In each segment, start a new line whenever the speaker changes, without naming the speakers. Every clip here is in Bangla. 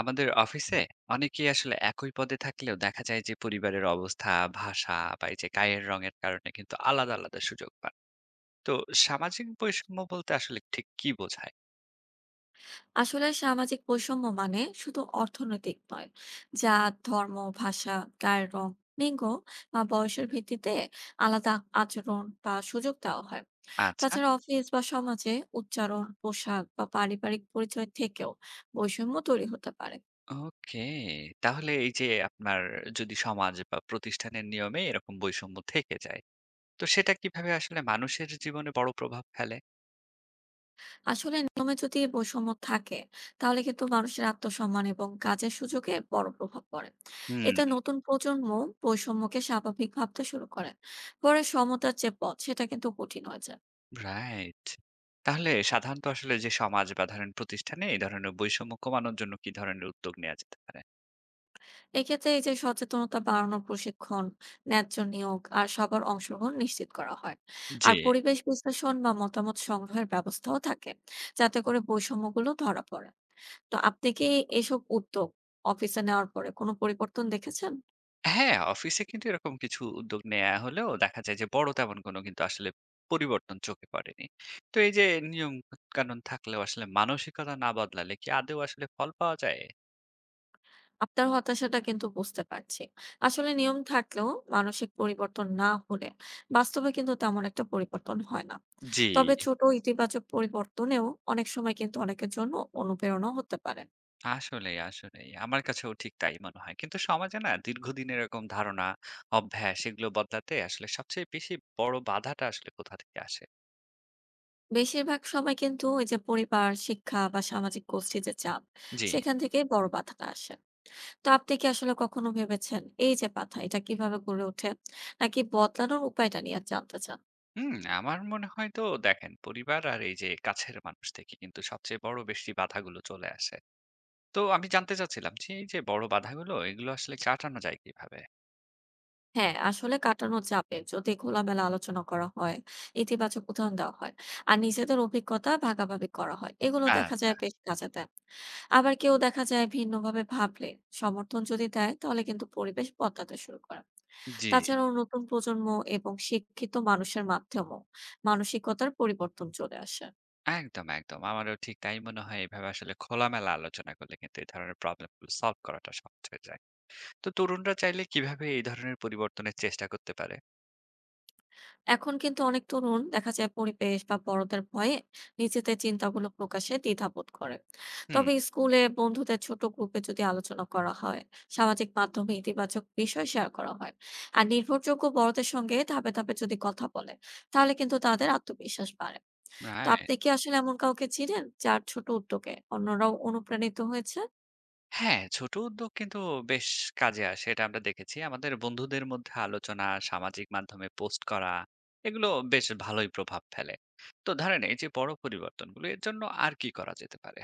আমাদের অফিসে অনেকেই আসলে একই পদে থাকলেও দেখা যায় যে পরিবারের অবস্থা, ভাষা বা এই যে গায়ের রঙের কারণে কিন্তু আলাদা আলাদা সুযোগ পান। তো সামাজিক বৈষম্য বলতে আসলে ঠিক কি বোঝায়?
আসলে সামাজিক বৈষম্য মানে শুধু অর্থনৈতিক নয়, জাত, ধর্ম, ভাষা, গায়ের রং, লিঙ্গ বা বয়সের ভিত্তিতে আলাদা আচরণ বা সুযোগ দেওয়া হয়।
আচ্ছা।
তাছাড়া অফিস বা সমাজে উচ্চারণ, পোশাক বা পারিবারিক পরিচয় থেকেও বৈষম্য তৈরি হতে পারে।
ওকে, তাহলে এই যে আপনার, যদি সমাজ বা প্রতিষ্ঠানের নিয়মে এরকম বৈষম্য থেকে যায়, তো সেটা কিভাবে আসলে মানুষের জীবনে বড় প্রভাব ফেলে?
আসলে নিয়মে যদি বৈষম্য থাকে, তাহলে কিন্তু মানুষের আত্মসম্মান এবং কাজের সুযোগে বড় প্রভাব পড়ে।
হুম।
এতে নতুন প্রজন্ম বৈষম্যকে স্বাভাবিক ভাবতে শুরু করে, পরে সমতার যে পথ সেটা কিন্তু কঠিন হয়ে যায়।
রাইট। তাহলে সাধারণত আসলে যে সমাজ বা ধরেন প্রতিষ্ঠানে এই ধরনের বৈষম্য কমানোর জন্য কি ধরনের উদ্যোগ নেওয়া যেতে পারে?
এক্ষেত্রে এই যে সচেতনতা বাড়ানোর প্রশিক্ষণ, ন্যায্য নিয়োগ আর সবার অংশগ্রহণ নিশ্চিত করা হয়।
জি।
আর পরিবেশ বিশ্লেষণ বা মতামত সংগ্রহের ব্যবস্থাও থাকে, যাতে করে বৈষম্যগুলো ধরা পড়ে। তো আপনি কি এসব উদ্যোগ অফিসে নেওয়ার পরে কোনো পরিবর্তন দেখেছেন?
হ্যাঁ, অফিসে কিন্তু এরকম কিছু উদ্যোগ নেয়া হলেও দেখা যায় যে বড় তেমন কোনো কিন্তু আসলে পরিবর্তন চোখে পড়েনি। তো এই যে নিয়ম কানুন থাকলেও আসলে মানসিকতা না বদলালে কি আদৌ আসলে ফল পাওয়া যায়?
আপনার হতাশাটা কিন্তু বুঝতে পারছি। আসলে নিয়ম থাকলেও মানসিক পরিবর্তন না হলে বাস্তবে কিন্তু তেমন একটা পরিবর্তন হয় না।
জি।
তবে ছোট ইতিবাচক পরিবর্তনেও অনেক সময় কিন্তু অনেকের জন্য অনুপ্রেরণা হতে পারে।
আসলেই, আসলেই। আমার কাছেও ঠিক তাই মনে হয়। কিন্তু সমাজে না দীর্ঘদিন এরকম ধারণা, অভ্যাস এগুলো বদলাতে আসলে সবচেয়ে বেশি বড় বাধাটা আসলে কোথা থেকে আসে?
বেশিরভাগ সময় কিন্তু ওই যে পরিবার, শিক্ষা বা সামাজিক গোষ্ঠীর যে চাপ,
জি।
সেখান থেকেই বড় বাধাটা আসে। তো আপনি কি আসলে কখনো ভেবেছেন এই যে বাধা, এটা কিভাবে গড়ে ওঠে? নাকি বদলানোর উপায়টা নিয়ে জানতে চান?
হুম, আমার মনে হয় তো দেখেন পরিবার আর এই যে কাছের মানুষ থেকে কিন্তু সবচেয়ে বড় বেশি বাধাগুলো চলে আসে। তো আমি জানতে চাচ্ছিলাম যে এই যে বড় বাধাগুলো এগুলো আসলে কাটানো যায় কিভাবে?
হ্যাঁ, আসলে কাটানো যাবে যদি খোলামেলা আলোচনা করা হয়, ইতিবাচক উদাহরণ দেওয়া হয়। আর নিজেদের অভিজ্ঞতা ভাগাভাগি করা হয়। এগুলো দেখা
আচ্ছা।
যায় বেশ কাজে দেয়। আবার কেউ দেখা যায় ভিন্নভাবে ভাবলে সমর্থন যদি দেয়, তাহলে কিন্তু পরিবেশ বদলাতে শুরু করে।
জি।
তাছাড়াও নতুন প্রজন্ম এবং শিক্ষিত মানুষের মাধ্যমেও মানসিকতার পরিবর্তন চলে আসে।
একদম, একদম। আমারও ঠিক তাই মনে হয় এভাবে আসলে খোলামেলা আলোচনা করলে কিন্তু এই ধরনের প্রবলেম গুলো সলভ করাটা সহজ হয়ে যায়। তো তরুণরা চাইলে কিভাবে এই ধরনের পরিবর্তনের চেষ্টা করতে পারে?
এখন কিন্তু অনেক তরুণ দেখা যায় পরিবেশ বা বড়দের ভয়ে নিজেদের চিন্তাগুলো প্রকাশে দ্বিধাবোধ করে।
হুম।
তবে স্কুলে বন্ধুদের ছোট গ্রুপে যদি আলোচনা করা হয়, সামাজিক মাধ্যমে ইতিবাচক বিষয় শেয়ার করা হয়, আর নির্ভরযোগ্য বড়দের সঙ্গে ধাপে ধাপে যদি কথা বলে, তাহলে কিন্তু তাদের আত্মবিশ্বাস বাড়ে। তো
রাইট।
আপনি কি আসলে এমন কাউকে চিনেন যার ছোট উদ্যোগে অন্যরাও অনুপ্রাণিত হয়েছে?
হ্যাঁ, ছোট উদ্যোগ কিন্তু বেশ কাজে আসে। এটা আমরা দেখেছি। আমাদের বন্ধুদের মধ্যে আলোচনা, সামাজিক মাধ্যমে পোস্ট করা এগুলো বেশ ভালোই প্রভাব ফেলে। তো ধরেন এই যে বড় পরিবর্তনগুলো এর জন্য আর কি করা যেতে পারে?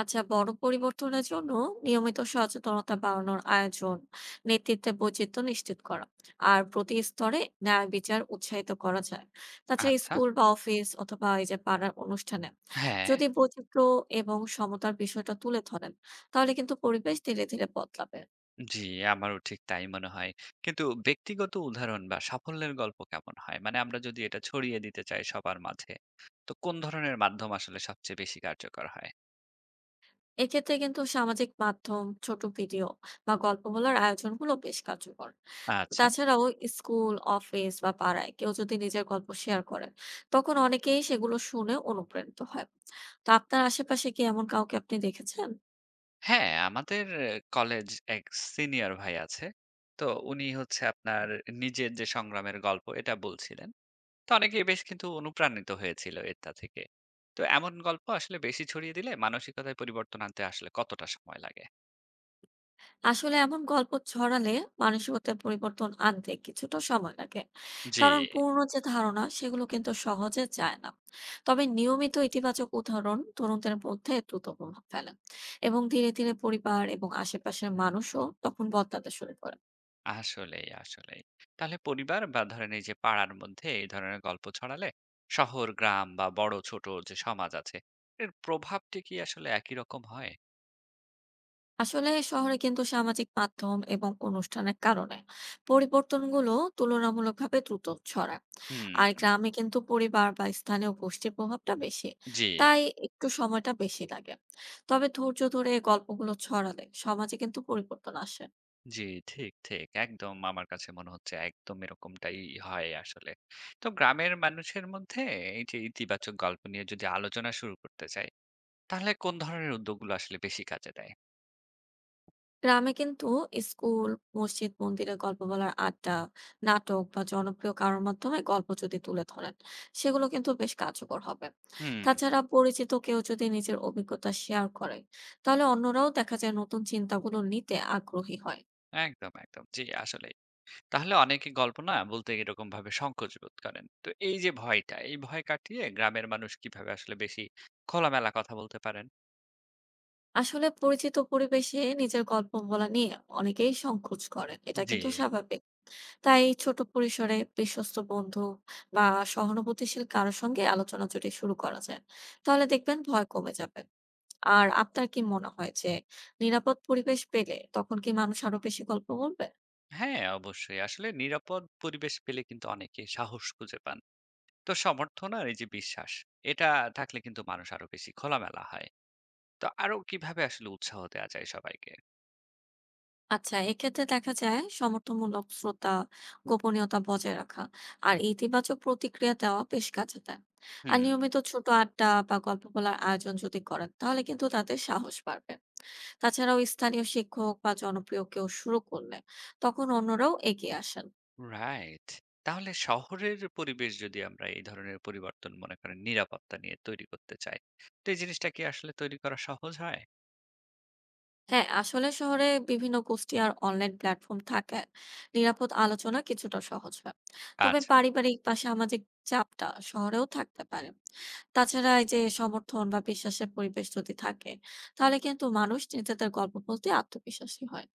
আচ্ছা, বড় পরিবর্তনের জন্য নিয়মিত সচেতনতা বাড়ানোর আয়োজন, নেতৃত্বে বৈচিত্র্য নিশ্চিত করা আর প্রতি স্তরে ন্যায় বিচার উৎসাহিত করা যায়। তাছাড়া
আচ্ছা।
স্কুল বা অফিস অথবা এই যে পাড়ার অনুষ্ঠানে
হ্যাঁ।
যদি বৈচিত্র্য এবং সমতার বিষয়টা তুলে ধরেন, তাহলে কিন্তু পরিবেশ ধীরে ধীরে বদলাবে।
জি, আমারও ঠিক তাই মনে হয়। কিন্তু ব্যক্তিগত উদাহরণ বা সাফল্যের গল্প কেমন হয়? মানে আমরা যদি এটা ছড়িয়ে দিতে চাই সবার মাঝে, তো কোন ধরনের মাধ্যম আসলে সবচেয়ে বেশি কার্যকর হয়?
এক্ষেত্রে কিন্তু সামাজিক মাধ্যম, ছোট ভিডিও বা গল্প বলার আয়োজনগুলো বেশ কার্যকর।
আচ্ছা।
তাছাড়াও স্কুল, অফিস বা পাড়ায় কেউ যদি নিজের গল্প শেয়ার করেন, তখন অনেকেই সেগুলো শুনে অনুপ্রাণিত হয়। তো আপনার আশেপাশে কি এমন কাউকে আপনি দেখেছেন?
হ্যাঁ, আমাদের কলেজ এক সিনিয়র ভাই আছে। তো উনি হচ্ছে আপনার নিজের যে সংগ্রামের গল্প এটা বলছিলেন। তো অনেকেই বেশ কিন্তু অনুপ্রাণিত হয়েছিল এটা থেকে। তো এমন গল্প আসলে বেশি ছড়িয়ে দিলে মানসিকতায় পরিবর্তন আনতে আসলে কতটা সময় লাগে?
আসলে এমন গল্প ছড়ালে মানসিকতার পরিবর্তন আনতে কিছুটা সময় লাগে।
জি।
কারণ পুরনো যে ধারণা সেগুলো কিন্তু সহজে যায় না। তবে নিয়মিত ইতিবাচক উদাহরণ তরুণদের মধ্যে দ্রুত প্রভাব ফেলে এবং ধীরে ধীরে পরিবার এবং আশেপাশের মানুষও তখন বদলাতে শুরু করে।
আসলেই, আসলেই। তাহলে পরিবার বা ধরেন এই যে পাড়ার মধ্যে এই ধরনের গল্প ছড়ালে শহর, গ্রাম বা বড় ছোট যে সমাজ আছে এর প্রভাবটি কি আসলে একই রকম হয়?
আসলে শহরে কিন্তু সামাজিক মাধ্যম এবং অনুষ্ঠানের কারণে পরিবর্তনগুলো তুলনামূলকভাবে দ্রুত ছড়ায়। আর
হুম।
গ্রামে কিন্তু পরিবার বা স্থানীয় গোষ্ঠীর প্রভাবটা বেশি,
জি।
তাই একটু সময়টা বেশি লাগে। তবে ধৈর্য ধরে এই গল্পগুলো ছড়ালে সমাজে কিন্তু পরিবর্তন আসে।
জি, ঠিক, ঠিক। একদম আমার কাছে মনে হচ্ছে একদম এরকমটাই হয় আসলে। তো গ্রামের মানুষের মধ্যে এই যে ইতিবাচক গল্প নিয়ে যদি আলোচনা শুরু করতে চাই, তাহলে কোন ধরনের উদ্যোগগুলো আসলে বেশি কাজে দেয়?
গ্রামে কিন্তু স্কুল, মসজিদ, মন্দিরে গল্প বলার আড্ডা, নাটক বা জনপ্রিয় কারোর মাধ্যমে গল্প যদি তুলে ধরেন, সেগুলো কিন্তু বেশ কার্যকর হবে।
হুম।
তাছাড়া পরিচিত কেউ যদি নিজের অভিজ্ঞতা শেয়ার করে, তাহলে অন্যরাও দেখা যায় নতুন চিন্তাগুলো নিতে আগ্রহী হয়।
একদম, একদম। জি, আসলেই। তাহলে অনেকে গল্প না বলতে এরকম ভাবে সংকোচ বোধ করেন, তো এই যে ভয়টা, এই ভয় কাটিয়ে গ্রামের মানুষ কিভাবে আসলে বেশি খোলামেলা কথা বলতে পারেন?
আসলে পরিচিত পরিবেশে নিজের গল্প বলা নিয়ে অনেকেই সংকোচ করেন, এটা
জি।
কিন্তু স্বাভাবিক। তাই ছোট পরিসরে বিশ্বস্ত বন্ধু বা সহানুভূতিশীল কারোর সঙ্গে আলোচনা যদি শুরু করা যায়, তাহলে দেখবেন ভয় কমে যাবে। আর আপনার কি মনে হয় যে নিরাপদ পরিবেশ পেলে তখন কি মানুষ আরো বেশি গল্প বলবে?
হ্যাঁ, অবশ্যই, আসলে নিরাপদ পরিবেশ পেলে কিন্তু অনেকে সাহস খুঁজে পান। তো সমর্থন আর এই যে বিশ্বাস, এটা থাকলে কিন্তু মানুষ আরো বেশি খোলামেলা হয়। তো আরো কিভাবে আসলে উৎসাহ দেওয়া যায় সবাইকে?
আচ্ছা, এক্ষেত্রে দেখা যায় সমর্থনমূলক শ্রোতা, গোপনীয়তা বজায় রাখা আর ইতিবাচক প্রতিক্রিয়া দেওয়া বেশ কাজে দেয়। আর
হুম।
নিয়মিত ছোট আড্ডা বা গল্প বলার আয়োজন যদি করেন, তাহলে কিন্তু তাদের সাহস বাড়বে। তাছাড়াও স্থানীয় শিক্ষক বা জনপ্রিয় কেউ শুরু করলে তখন অন্যরাও এগিয়ে আসেন।
রাইট। তাহলে শহরের পরিবেশ যদি আমরা এই ধরনের পরিবর্তন মনে করেন নিরাপত্তা নিয়ে তৈরি করতে চাই, তো এই জিনিসটা কি আসলে তৈরি করা সহজ হয়?
হ্যাঁ, আসলে শহরে বিভিন্ন গোষ্ঠী আর অনলাইন প্ল্যাটফর্ম থাকায় নিরাপদ আলোচনা কিছুটা সহজ হয়। তবে
আচ্ছা।
পারিবারিক বা সামাজিক চাপটা শহরেও থাকতে পারে। তাছাড়া এই যে সমর্থন বা বিশ্বাসের পরিবেশ যদি থাকে, তাহলে কিন্তু মানুষ নিজেদের গল্প বলতে আত্মবিশ্বাসী হয়।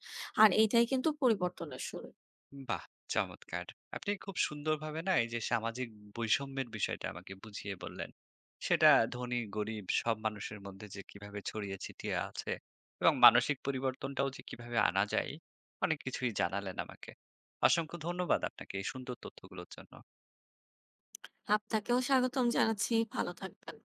আর এইটাই কিন্তু পরিবর্তনের শুরু।
বাহ! চমৎকার। আপনি খুব সুন্দরভাবে না এই যে সামাজিক বৈষম্যের বিষয়টা আমাকে বুঝিয়ে বললেন। সেটা ধনী, গরিব সব মানুষের মধ্যে যে কিভাবে ছড়িয়ে ছিটিয়ে আছে এবং মানসিক পরিবর্তনটাও যে কিভাবে আনা যায়, অনেক কিছুই জানালেন আমাকে। অসংখ্য ধন্যবাদ আপনাকে এই সুন্দর তথ্যগুলোর জন্য।
আপনাকেও স্বাগতম জানাচ্ছি। ভালো থাকবেন।